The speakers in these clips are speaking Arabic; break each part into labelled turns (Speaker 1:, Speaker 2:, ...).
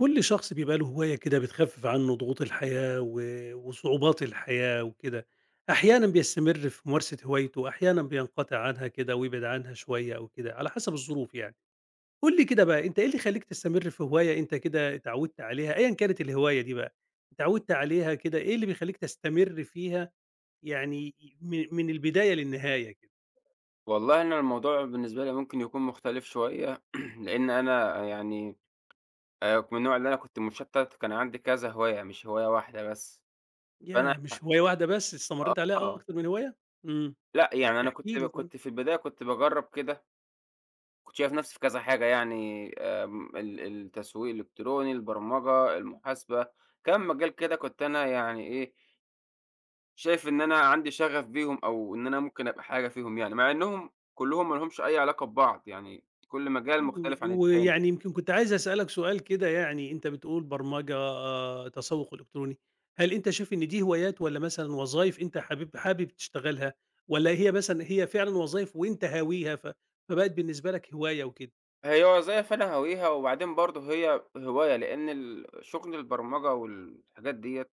Speaker 1: كل شخص بيبقى له هواية كده بتخفف عنه ضغوط الحياة وصعوبات الحياة وكده. أحيانا بيستمر في ممارسة هوايته، أحيانا بينقطع عنها كده ويبعد عنها شوية أو كده على حسب الظروف يعني. قول لي كده بقى، أنت إيه اللي خليك تستمر في هواية أنت كده اتعودت عليها، أيا كانت الهواية دي بقى، اتعودت عليها كده، إيه اللي بيخليك تستمر فيها يعني من البداية للنهاية كده؟
Speaker 2: والله أنا الموضوع بالنسبة لي ممكن يكون مختلف شوية، لإن أنا يعني من النوع اللي أنا كنت مشتت، كان عندي كذا هواية مش هواية واحدة بس، فأنا
Speaker 1: يا مش هواية واحدة بس، استمريت عليها
Speaker 2: آه،
Speaker 1: أكتر من هواية. امم
Speaker 2: لأ يعني أنا
Speaker 1: احكي
Speaker 2: كنت
Speaker 1: لي طيب.
Speaker 2: كنت في البداية كنت باجرب كده، كنت شايف نفسي في كذا حاجة يعني ال التسويق الإلكتروني، البرمجة، المحاسبة، كام مجال كده كنت أنا يعني إيه، شايف إن أنا عندي شغف بيهم أو إن أنا ممكن أبقى حاجة فيهم يعني، مع إنهم كلّهم ما لهمش أي علاقة ببعض، يعني كل مجال مختلف عن التاني.
Speaker 1: ويعني يمكن كنت عايز أسألك سؤال كده يعني، أنت بتقول برمجة، تسوق إلكتروني، هل أنت شايف إن دي هوايات والّا مثلًا وظايف أنت حابب تشتغلها، والّا هي مثلًا هي فعلًا وظايف وأنت هاويها ف فبقت بالنسبة لك هواية وكده؟
Speaker 2: هي وظايف أنا هاويها، وبعدين برضه هي هواية، لإن ال شغل البرمجة والحاجات ديّة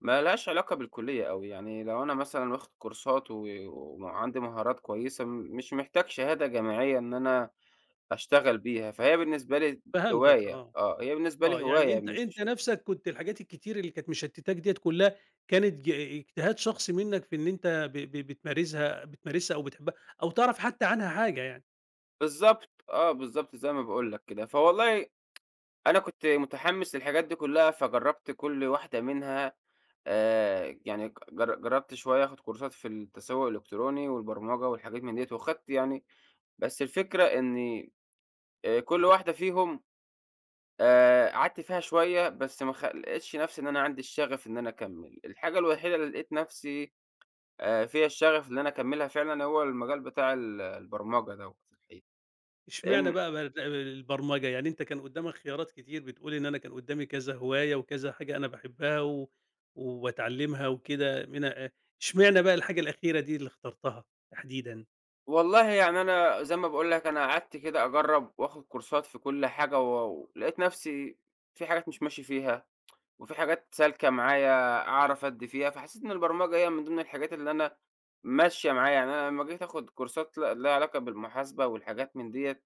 Speaker 2: ما لهاش علاقة بالكلية أوي، يعني لو أنا مثلًا واخد كورسات و وعندي مهارات كويسة م مش محتاج شهادة جامعية إن أنا أشتغل بيها، فهي بالنسبة لي
Speaker 1: فهمتك
Speaker 2: هواية،
Speaker 1: آه.
Speaker 2: آه، هي بالنسبة
Speaker 1: آه،
Speaker 2: لي
Speaker 1: يعني
Speaker 2: هواية
Speaker 1: أنت
Speaker 2: مش
Speaker 1: أنت نفسك كنت الحاجات الكتير اللي كانت مشتتاك ديّة كلها، كانت اجتهاد شخصي منك في إن أنت ب ب بتمارسها بتمارسها أو بتحبها أو تعرف حتى عنها حاجة يعني.
Speaker 2: بالضبط، آه، بالضبط زي ما باقول لك كده، فوالله أنا كنت متحمّس للحاجات دي كلّها، فجرّبت كل واحدة منها يعني ج جر جرّبت شوية آخُد كورسات في التسوُّق الإلكتروني والبرمجة والحاجات من ديّة وخدت يعني بس الفكرة إنّي كل واحدة فيهم قعدت فيها شوية بس ما خ لقيتش نَفْسي إن أنا عندي الشغف إن أنا أكمّل. الحاجة الوحيدة اللي لقيت نَفْسي فيها الشغف إن أنا أكمّلها فعلًا هو المجال بتاع ال البرمجة دوّة الحقيقة،
Speaker 1: إشمعنى
Speaker 2: لإن
Speaker 1: بقى البرمجة؟ يعني أنت كان قدّامك خيارات كتير، بتقول إن أنا كان قدّامي كذا هواية وكذا حاجة أنا باحبها وباتعلّمها وكده من أ إشمعنى بقى الحاجة الأخيرة دي اللي اخترتها تحديدًا؟
Speaker 2: والله يعني أنا زي ما باقول لك أنا قعدت كده أجرّب وآخد كورسات في كل حاجة و ولقيت نفسي في حاجات مش ماشي فيها، وفي حاجات سالكة معايا أعرف أدّي فيها، فحسيت إن البرمجة هي من ضمن الحاجات اللي أنا ماشية معايا، يعني أنا لمّا جيت آخد كورسات ل ليها علاقة بالمحاسبة والحاجات من ديّة،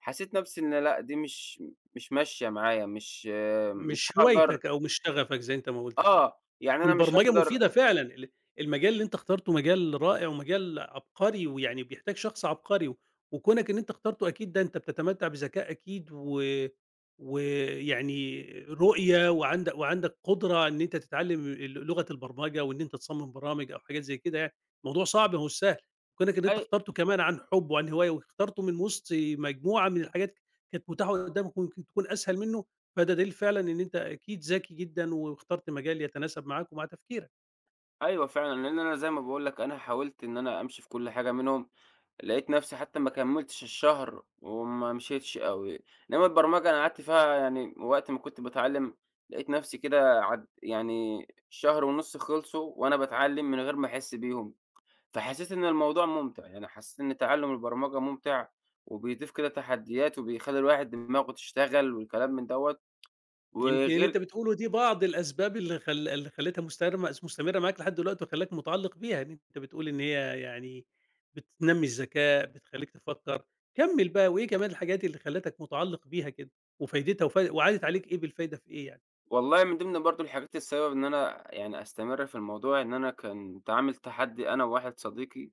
Speaker 2: حسيت نفسي إن لأ، دي مش ماشية معايا، مش آه، مش
Speaker 1: مش
Speaker 2: هاقدر
Speaker 1: هوايتك أو مش شغفك زي أنت ما قُلت كده.
Speaker 2: آه، يعني أنا مش
Speaker 1: والبرمجة
Speaker 2: هاقدر
Speaker 1: مفيدة فعلًا، المجال اللي أنت اخترته مجال رائع ومجال عبقري، ويعني بيحتاج شخص عبقري، وكونك إن أنت اخترته أكيد، ده أنت بتتمتع بذكاء أكيد ويعني رؤية، وعندك قدرة إن أنت تتعلم لغة البرمجة وإن أنت تصمم برامج أو حاجات زي كده يعني، الموضوع صعب ما هوش سهل، وكونك إن أنت
Speaker 2: أي
Speaker 1: اخترته كمان عن حب وعن هواية واخترته من وسط مجموعة من الحاجات كانت متاحة قدامك ويمكن تكون أسهل منه، فده دليل فعلًا إن أنت أكيد ذكي جدًا واخترت مجال يتناسب معاك ومع تفكيرك.
Speaker 2: أيوه فعلًا، لإن أنا زي ما باقول لك أنا حاولت إن أنا أمشي في كل حاجة منهم. لقيت نفسي حتى ما كمّلتش الشهر وما مشيتش أوي، إنّما البرمجة أنا قعدت فيها يعني وقت ما كنت باتعلّم لقيت نفسي كده عد يعني شهر ونُص خلصوا وأنا باتعلّم من غير ما أحس بيهم، فحسيت إن الموضوع مُمتع، يعني حسيت إن تعلُّم البرمجة مُمتع وبيضيف كده تحديات وبيخلّي الواحد دماغه تشتغل والكلام من دوّة،
Speaker 1: يمكن اللي أنت
Speaker 2: وغير
Speaker 1: بتقوله دي بعض الأسباب اللي اللي خلّتها مستمرة معاك لحد دلوقتي وخلّاك متعلق بيها، إن أنت بتقول إن هي يعني بتنمّي الذكاء، بتخلّيك تفكّر. كمّل بقى، وإيه كمان الحاجات اللي خلّتك متعلق بيها كده وفايدتها وعادت عليك إيه بالفايدة، في إيه يعني؟
Speaker 2: والله من ضمن برضه الحاجات السبب إن أنا يعني أستمر في الموضوع إن أنا كنت عامل تحدّي أنا وواحد صديقي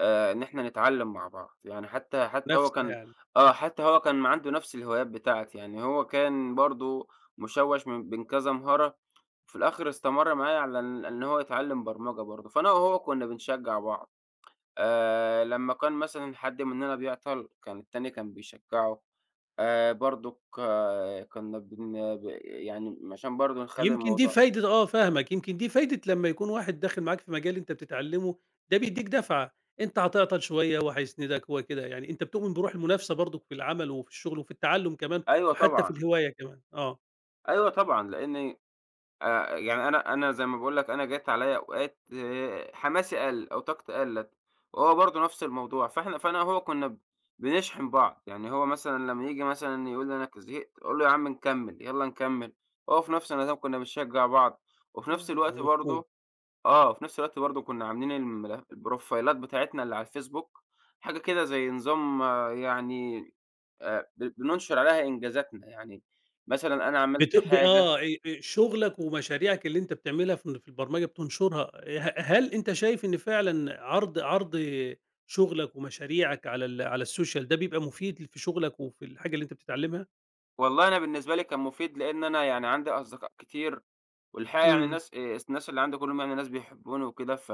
Speaker 2: إن إحنا نتعلّم مع بعض، يعني حتى هو
Speaker 1: منافسة
Speaker 2: كان
Speaker 1: يعني.
Speaker 2: آه، حتى هو كان عنده نفس الهوايات بتاعتي، يعني هو كان برضه مشوّش من بين كذا مهارة، في الآخر استمر معايا على إن هو يتعلّم برمجة برضه، فأنا وهو كُنّا بنشجّع بعض، لمّا كان مثلًا حد مننا بيعطل، كان التاني كان بيشجّعه، برضُك كُنّا بن ب يعني عشان برضه نخلّي
Speaker 1: يمكن دي
Speaker 2: الموضوع
Speaker 1: فايدة، آه، فاهمك، يمكن دي فايدة لمّا يكون واحد داخل معاك في مجال أنت بتتعلمه، ده بيدّيك دفعة، أنت هتعطل شوية هو هيسندك هو كده، يعني أنت بتؤمن بروح المنافسة برضك في العمل وفي الشغل وفي التعلُّم كمان
Speaker 2: أيوه
Speaker 1: وحتى في
Speaker 2: طبعًا،
Speaker 1: الهواية كمان، آه.
Speaker 2: أيوه طبعًا، لإن يعني أنا زي ما باقول لك أنا جات عليّا أوقات آه، حماسي قَل أو طاقتي قَلّت، وهو برضه نفس الموضوع، فأنا وهو كُنّا ب بنشحن بعض، يعني هو مثلًا لمّا ييجي مثلًا يقول لي أنا ك زهقت، أقول له: "يا عم نكمّل، يالّا نكمّل." هو في نفس النظام كُنّا بنشجّع بعض، وفي نفس
Speaker 1: أيوه
Speaker 2: الوقت
Speaker 1: مفهوم.
Speaker 2: برضه آه، في نفس الوقت برضه كُنّا عاملين المل البروفايلات بتاعتنا اللي على الفيسبوك، حاجة كده زي نظام آه، يعني ب بننشر عليها إنجازاتنا، يعني مثلًا أنا عملت
Speaker 1: بت ب
Speaker 2: حاجة
Speaker 1: آه شغلك ومشاريعك اللي أنت بتعملها في البرمجة بتنشرها، هل أنت شايف إن فعلًا عرض شغلك ومشاريعك على السوشيال ده بيبقى مفيد في شغلك وفي الحاجة اللي أنت بتتعلمها؟
Speaker 2: والله أنا بالنسبة لي كان مفيد، لإن أنا يعني عندي أصدقاء كتير، والحقيقة يعني
Speaker 1: إمم.
Speaker 2: الناس الناس اللي عندي كلّهم يعني ناس بيحبوني وكده، ف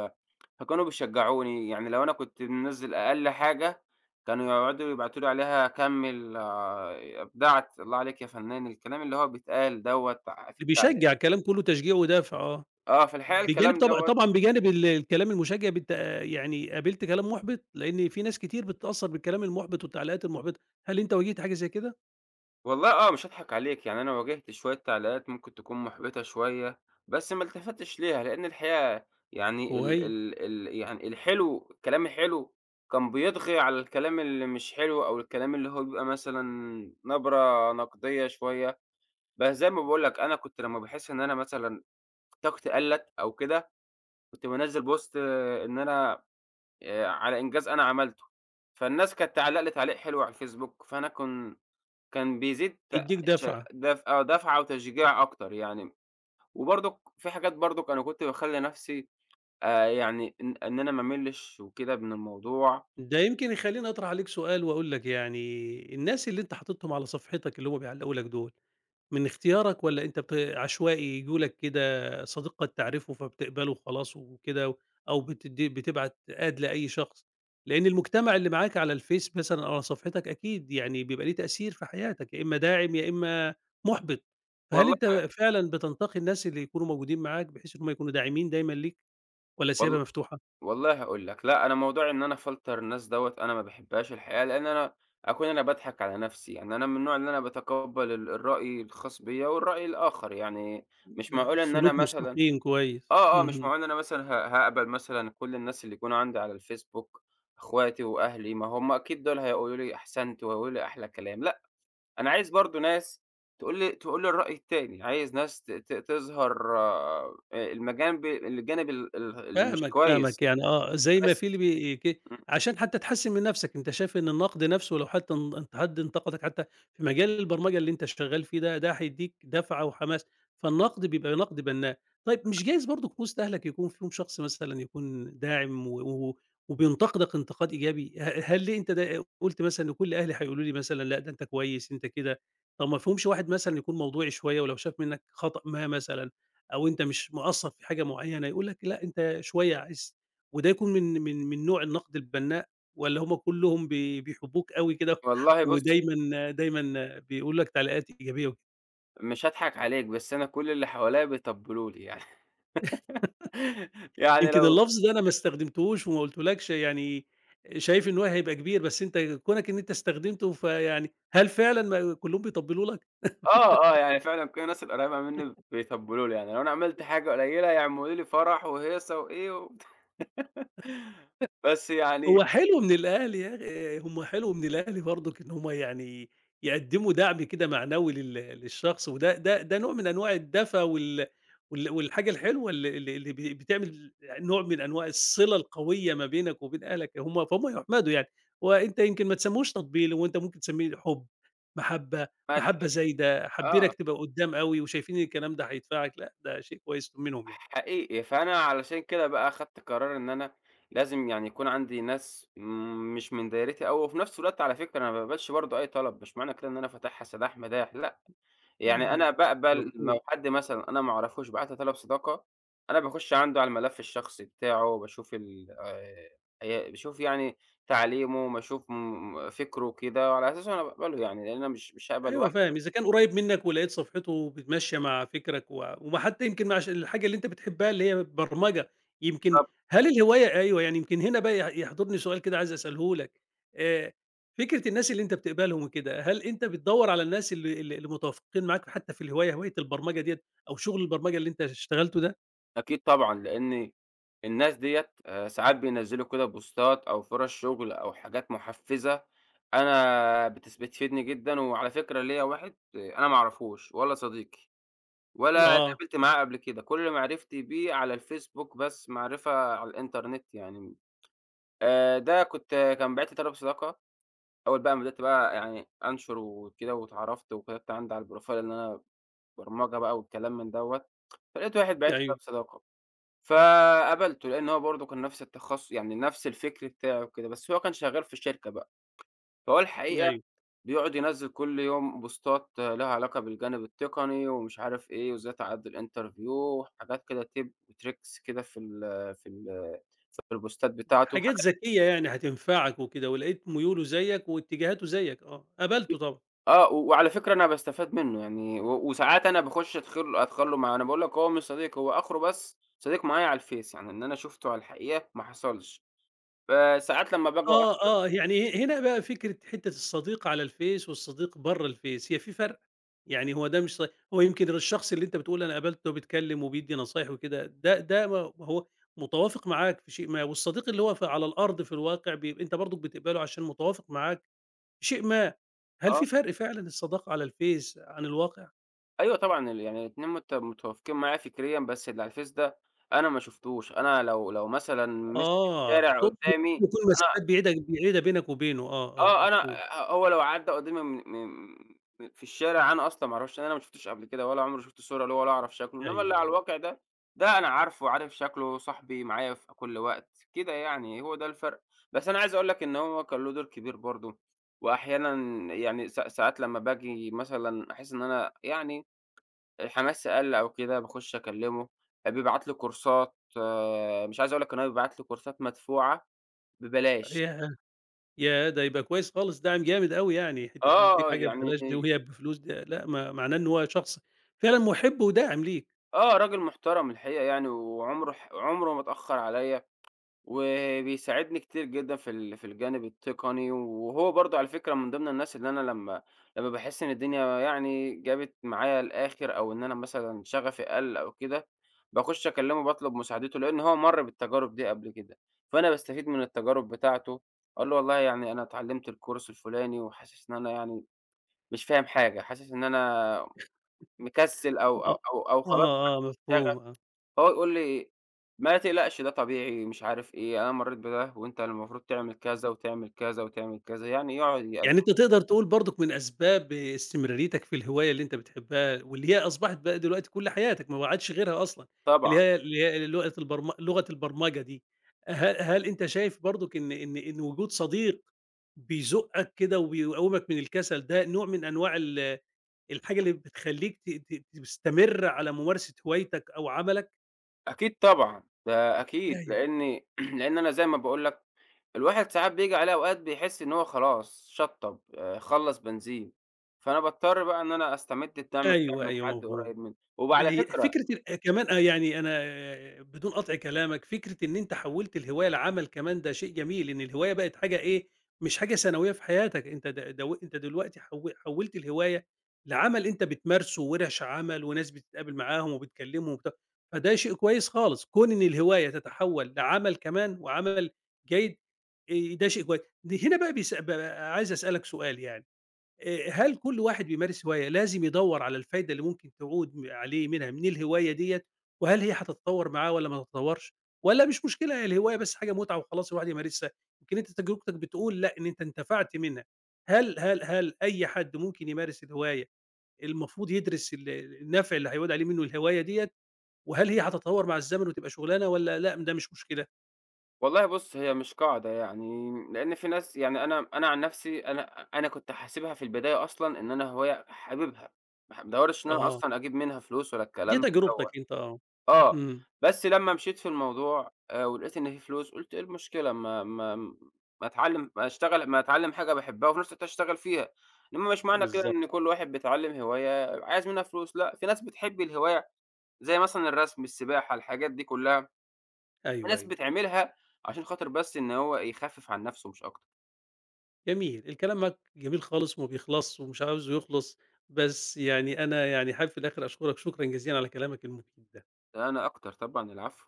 Speaker 2: فكانوا بيشجعوني، يعني لو أنا كنت منزّل أقل حاجة كانوا يقعدوا يبعتوا لي عليها كمّل آه، أبدعت، الله عليك يا فنان، الكلام اللي هو بيتقال دوّة ع في
Speaker 1: اللي
Speaker 2: التعليق
Speaker 1: بيشجّع، كلام كلّه تشجيع ودافع، آه.
Speaker 2: آه، في الحقيقة
Speaker 1: بجانب
Speaker 2: الكلام
Speaker 1: طبعًا
Speaker 2: دوّة
Speaker 1: طبعًا، بجانب الكلام المشجّع يعني قابلت كلام مُحبِط؟ لإن في ناس كتير بتتأثّر بالكلام المُحبِط والتعليقات المُحبِطة، هل أنت واجهت حاجة زي كده؟
Speaker 2: والله آه، مش هاضحك عليك، يعني أنا واجهت شوية تعليقات ممكن تكون مُحبطة شوية، بس ما التفتّش ليها، لإن الحقيقة يعني
Speaker 1: وهي
Speaker 2: ال يعني الحلو الكلام الحلو كان بيطغي على الكلام اللي مش حلو، أو الكلام اللي هو بيبقى مثلًا نبرة نقدية شوية، بس زي ما باقول لك أنا كنت لمّا باحس إن أنا مثلًا طاقتي قَلّت أو كده، كنت بانزّل post إن أنا على إنجاز أنا عملته، فالناس كانت تعلّق لي تعليق حلو على الفيسبوك، فأنا كن كان بيزيد ت
Speaker 1: يدّيك
Speaker 2: ش
Speaker 1: دَفعة.
Speaker 2: دف آه، دفعة وتشجيع أكتر يعني، وبرضك في حاجات برضك أنا كنت باخلّي نَفْسي يعني إن أنا ما أملِّش وكده من الموضوع،
Speaker 1: ده يمكن يخلّيني أطرح عليك سؤال وأقول لك، يعني الناس اللي أنت حاططهم على صفحتك اللي هُم بيعلّقوا لك دول من اختيارك، والّا أنت عشوائي ييجوا لك كده صديق قد تعرفه فبتقبله وخلاص وكده، أو بتبعت ad لأي شخص؟ لإن المجتمع اللي معاك على الفيس مثلًا أو على صفحتك أكيد يعني بيبقى ليه تأثير في حياتك، يا إما داعم يا إما مُحبِط، فهل
Speaker 2: والله
Speaker 1: أنت فعلًا بتنتقي الناس اللي يكونوا موجودين معاك بحيث إن هم يكونوا داعمين دايمًا ليك، والّا
Speaker 2: وال
Speaker 1: سايبها مفتوحة؟
Speaker 2: والله هاقول لك، لأ أنا موضوع إن أنا أفلتر الناس دوّة أنا ما باحبهاش الحقيقة، لإن أنا أكون أنا باضحك على نَفْسي، يعني أنا من النوع اللي أنا باتقبّل ال الرأي الخاص بيّا والرأي الآخر، يعني مش
Speaker 1: ده
Speaker 2: معقول إن أنا
Speaker 1: سلوك
Speaker 2: مثلًا
Speaker 1: مستقيم كويس.
Speaker 2: آه، آه، مش
Speaker 1: اهم.
Speaker 2: معنى إن أنا مثلًا ه هاقبل مثلًا كل الناس اللي يكونوا عندي على الفيسبوك، أخواتي وأهلي، ما هم أكيد دول هيقولوا لي أحسنت وهيقولوا لي أحلى كلام، لأ، أنا عايز برضه ناس تقول لي الرأي التاني، عايز ناس ت ت تظهر المجانب الجانب ال ال اللي مش
Speaker 1: فاهمك،
Speaker 2: كويس
Speaker 1: فاهمك، يعني آه، زي ما في اللي
Speaker 2: بس.
Speaker 1: بي ك
Speaker 2: إمم،
Speaker 1: عشان حتى تحسّن من نَفْسك، أنت شايف إن النقد نَفْسه لو حتى ان حد انتقدك حتى في مجال البرمجة اللي أنت شغّال فيه ده، ده هيدّيك دَفعة وحماس، فالنقد بيبقى نقد بنّاء. طيب مش جايز برضه كنوز أهلك يكون فيهم شخص مثلًا يكون داعم و و وبينتقدك انتقاد إيجابي، هل ليه أنت ده قُلت مثلًا إن كل أهلي هيقولوا لي مثلًا لأ، ده أنت كويس، أنت كده، طب ما فيهمش واحد مثلًا يكون موضوعي شوية ولو شاف منّك خطأ ما مثلًا؟ أو أنت مش مقصّر في حاجة معيّنة، يقول لك لأ أنت شوية عايز، وده يكون من نوع النقد البنّاء، والّا هم كلّهم بيحبوك أوي كده
Speaker 2: والله بُص،
Speaker 1: ودايمًا دايمًا بيقولوا لك تعليقات إيجابية وكده؟
Speaker 2: مش هاضحك عليك، بس أنا كل اللي حواليّا بيطبلوا لي يعني يعني
Speaker 1: يمكن
Speaker 2: لو
Speaker 1: اللفظ ده أنا ما استخدمتهوش وما قُلتهولكش، يعني شايف إن هو هيبقى كبير، بس أنت كونك إن أنت استخدمته فيعني هل فعلًا ما كلّهم بيطبّلوا لك؟
Speaker 2: آه، آه، يعني فعلًا كل الناس القريّبة منّي بيتبّلوا لي، يعني لو أنا عملت حاجة قليّلة يعملوا لي فرح وهيصة وإيه و بس يعني
Speaker 1: هو حلو من الأهلي آه، هم حلو من الأهلي برضك، إن هم يعني يقدّموا دعم كده معنوي للشخص، وده ده ده نوع من أنواع الدفى والحاجة الحلوة ال ال اللي بتعمل نوع من أنواع الصلة القوية ما بينك وبين أهلك، هم فهم يُحمدوا يعني، وأنت يمكن ما تسمّوش تطبيل، هو أنت ممكن تسمّيه حُب، محبة،
Speaker 2: ما
Speaker 1: محبة
Speaker 2: تح
Speaker 1: زايدة،
Speaker 2: آه،
Speaker 1: حابينك تبقى قدّام أوي وشايفين إن الكلام ده هيدفعك، لأ ده شيء كويس منهم يعني.
Speaker 2: حقيقي، فأنا علشان كده بقى أخدت قرار إن أنا لازم يعني يكون عندي ناس م- مش من دايرتي أوي، وفي نفس الوقت على فكرة أنا ما باقبلش برضه أي طلب، مش معنى كده إن أنا فاتحها سداح مداح، يعني أنا
Speaker 1: اهم،
Speaker 2: باقبل
Speaker 1: مفهوم.
Speaker 2: لو حد مثلًا أنا ما أعرفوش بعت لي طلب صداقة، أنا باخُش عنده على الملف الشخصي بتاعه، باشوف ال هي باشوف يعني تعليمه، باشوف م فكره كده، وعلى أساسه أنا باقبله يعني، لإن أنا مش هاقبل
Speaker 1: أيوه
Speaker 2: واحد
Speaker 1: فاهم، إذا كان قريب منك ولقيت صفحته بتمشّي مع فكرك وحتى يمكن مع الحاجة اللي أنت بتحبها اللي هي برمجة، يمكن
Speaker 2: طب
Speaker 1: هل الهواية، أيوه، يعني يمكن هنا بقى يحضرني سؤال كده عايز أسأله لك، آآ فكرة الناس اللي أنت بتقبلهم وكده، هل أنت بتدوّر على الناس اللي متوافقين معاك حتى في الهواية، هواية البرمجة ديّة أو شغل البرمجة اللي أنت اشتغلته ده؟
Speaker 2: أكيد طبعًا، لإن الناس ديّة ساعات بينزّلوا كده بوستات أو فرص شغل أو حاجات محفّزة، أنا بتس بتفيدني جدًا، وعلى فكرة ليّا واحد آه، أنا ما أعرفوش ولا صديقي. ولا
Speaker 1: آه،
Speaker 2: اتقابلت معاه قبل كده، كل معرفتي بيه على الفيسبوك بس، معرفة على الإنترنت يعني. ده كنت كان باعت لي طلب صداقة، أول بقى ما بدأت بقى يعني أنشر وكده واتعرفت وكتبت عندي على البروفايل إن أنا برمجة بقى والكلام من دوّة، فلقيت واحد باعت لي طلب
Speaker 1: أيوه،
Speaker 2: صداقة، فقبلته لإن هو برضه كان نفس التخص يعني نفس الفكر بتاعي وكده، بس هو كان شغال في شركة بقى، فهو الحقيقة
Speaker 1: أيوه،
Speaker 2: بيقعد ينزّل كل يوم بوستات ليها علاقة بالجانب التقني ومش عارف إيه، وإزاي تعدّي الinterview حاجات كده tip وtricks كده في ال في البوستات بتاعته
Speaker 1: حاجات
Speaker 2: حاجات
Speaker 1: ذكية يعني هتنفعك وكده، ولقيت ميوله زيك واتجاهاته زيك، آه،
Speaker 2: ب
Speaker 1: قبلته طبعًا.
Speaker 2: آه، و- وعلى فكرة أنا باستفاد منّه يعني و وساعات أنا باخُش أتخلّى معاه، أنا باقول لك هو مش صديقي، هو آخره بس صديق معايا على الفيس، يعني إن أنا شُفته على الحقيقة ما حصلش. فساعات لمّا باجي
Speaker 1: آه،
Speaker 2: أح
Speaker 1: آه، يعني هنا بقى فكرة حتّة الصديق على الفيس والصديق برّه الفيس، هي في فرق، يعني هو ده مش ص هو يمكن الشخص اللي أنت بتقول أنا قابلته بيتكلّم وبيدّي نصايح وكده، ده ما هو متوافق معاك في شيء ما، والصديق اللي هو على الأرض في الواقع بيبقى أنت برضك بتقبله عشان متوافق معاك في شيء ما، هل
Speaker 2: آه.
Speaker 1: في فرق فعلًا الصداقة على الفيس عن الواقع؟
Speaker 2: أيوه طبعًا، ال يعني الاتنين متوافقين معايا فكريًا، بس اللي على الفيس ده أنا ما شُفتوش، أنا لو مثلًا مشي في
Speaker 1: آه،
Speaker 2: الشارع
Speaker 1: تقصد
Speaker 2: قدّامي
Speaker 1: يكون
Speaker 2: أنا
Speaker 1: مسافات بعيدة بعيدة بينك وبينه، آه، آه،
Speaker 2: آه، أنا
Speaker 1: مفهوم،
Speaker 2: ه هو لو عدّى قدّامي من من م في الشارع أنا أصلًا ما أعرفش أنا ما شُفتوش قبل كده ولا عمري شُفت صورة له ولا أعرف شكله، إنّما اللي
Speaker 1: أيوه،
Speaker 2: على
Speaker 1: أيوه.
Speaker 2: الواقع ده، ده أنا عارفه، عارف شكله، صاحبي معايا في كل وقت، كده يعني هو ده الفرق. بس أنا عايز أقول لك إن هو كان له دور كبير برضه وأحيانًا يعني ساعات لمّا باجي مثلًا أحس إن أنا يعني الحماس قَل أو كده باخُش أكلّمه، بيبعت لي كورسات آه، مش عايز أقول لك إن هو بيبعت لي كورسات مدفوعة ببلاش.
Speaker 1: هي ياه! ده يبقى كويس خالص، دعم جامد أوي يعني، حتّة إنه يدّيك
Speaker 2: آه،
Speaker 1: حاجة
Speaker 2: يعني
Speaker 1: ببلاش دي وهي بفلوس دي لأ، ما معناه إن هو شخص فعلًا مُحِب وداعم ليك،
Speaker 2: آه، راجل محترم الحقيقة يعني وعمره ح عمره ما اتأخّر عليّا. وبيساعدني كتير جدًا في ال في الجانب التقني، وهو برضه على فكرة من ضمن الناس اللي أنا لمّا باحس إن الدنيا يعني جابت معايا الآخر، أو إن أنا مثلًا شغفي قَل أو كده، باخش أكلمه باطلب مساعدته، لإن هو مَر بالتجارب دي قبل كده، فأنا باستفيد من التجارب بتاعته، أقول له والله يعني أنا اتعلمت الكورس الفلاني، وحاسس إن أنا يعني مش فاهم حاجة، حاسس إن أنا مكسل أو أو
Speaker 1: آه،
Speaker 2: أو أو
Speaker 1: آه،
Speaker 2: خلاص
Speaker 1: آه، مفهوم، آه،
Speaker 2: هو يقول لي: "ما تقلقش ده طبيعي." مش عارف إيه، "أنا مرّيت بده وأنت المفروض تعمل
Speaker 1: إمم،
Speaker 2: كذا، وتعمل كذا، وتعمل كذا." يعني يقعد
Speaker 1: يعني
Speaker 2: يق
Speaker 1: أنت تقدر تقول برضك من أسباب استمراريتك في الهواية اللي أنت بتحبها واللي هي أصبحت بقى دلوقتي كل حياتك، ما عادش غيرها أصلًا،
Speaker 2: طبعًا،
Speaker 1: اللي هي لغة البرمجة دي، ه هل أنت شايف برضك إن وجود صديق بيزُقّك كده وبيقوّمك من الكسل، ده نوع من أنواع الحاجة اللي بتخلّيك ت ت تستمر على ممارسة هوايتك أو عملك.
Speaker 2: أكيد طبعًا، ده أكيد،
Speaker 1: أيوه.
Speaker 2: لإن لإن أنا زي ما باقول لك الواحد ساعات بييجي عليه أوقات بيحس إن هو خلاص شطّب، خلّص بنزين، فأنا باضطر بقى إن أنا أستمد الدعم بتاعي
Speaker 1: أيوه،
Speaker 2: من
Speaker 1: أيوه
Speaker 2: حد
Speaker 1: مفهوم.
Speaker 2: قريب منّي. وعلى
Speaker 1: هي
Speaker 2: فكرة
Speaker 1: فكرة ال آه، كمان، يعني أنا، بدون قطع كلامك، فكرة إن أنت حوّلت الهواية لعمل كمان ده شيء جميل، إن الهواية بقت حاجة إيه، مش حاجة ثانوية في حياتك، أنت د دو أنت دلوقتي حوّلت الهواية لعمل أنت بتمارسه وورش عمل وناس بتتقابل معاهم وبتكلمهم وبتاع، فده شيء كويس خالص، كون إن الهواية تتحوّل لعمل كمان وعمل جيد. ده شيء كويس. هنا بقى بيس ب عايز أسألك سؤال يعني، هل كل واحد بيمارس هواية لازم يدوّر على الفايدة اللي ممكن تعود عليه منها من الهواية ديّة، وهل هي هتتطوّر معاه والّا ما تتطوّرش، والّا مش مشكلة هي الهواية بس حاجة متعة وخلاص الواحد يمارسها؟ يمكن أنت تجربتك بتقول لأ، إن أنت انتفعت منها. هل أي حد ممكن يمارس الهواية، المفروض يدرس النفع اللي هيعود عليه منه الهواية ديّة، وهل هي هتتطوّر مع الزمن وتبقى شغلانة والّا لأ، ده مش مشكلة؟
Speaker 2: والله بُص، هي مش قاعدة يعني، لإن في ناس يعني أنا عن نفسي أنا كنت حاسبها في البداية أصلًا إن أنا هواية حاببها، ما بادوّرش إن أنا
Speaker 1: آه،
Speaker 2: أصلًا أجيب منها فلوس ولا
Speaker 1: دي
Speaker 2: الكلام دوّة،
Speaker 1: تجربتك أنت آه.
Speaker 2: آه،
Speaker 1: إمم،
Speaker 2: بس لمّا مشيت في الموضوع ولقيت إن في فلوس قُلت إيه المشكلة ما أتعلم ما أشتغل ما أتعلم حاجة باحبها وفي نفس الوقت أشتغل فيها، إنما مش معنى كده
Speaker 1: بالضبط.
Speaker 2: إن كل واحد بيتعلم هواية عايز منها فلوس، لأ، في ناس بتحب الهواية زي مثلًا الرسم، السباحة، الحاجات دي كلها. في
Speaker 1: أيوه،
Speaker 2: ناس
Speaker 1: أيوه.
Speaker 2: بتعملها عشان خاطر بس إن هو يخفف عن نفسه مش أكتر،
Speaker 1: جميل، الكلام معاك جميل خالص وما بيخلصش ومش عاوزه يخلص، بس يعني أنا يعني حابب في الآخر أشكرك شكرًا جزيلًا على كلامك المفيد ده.
Speaker 2: أنا أكتر طبعًا العفو.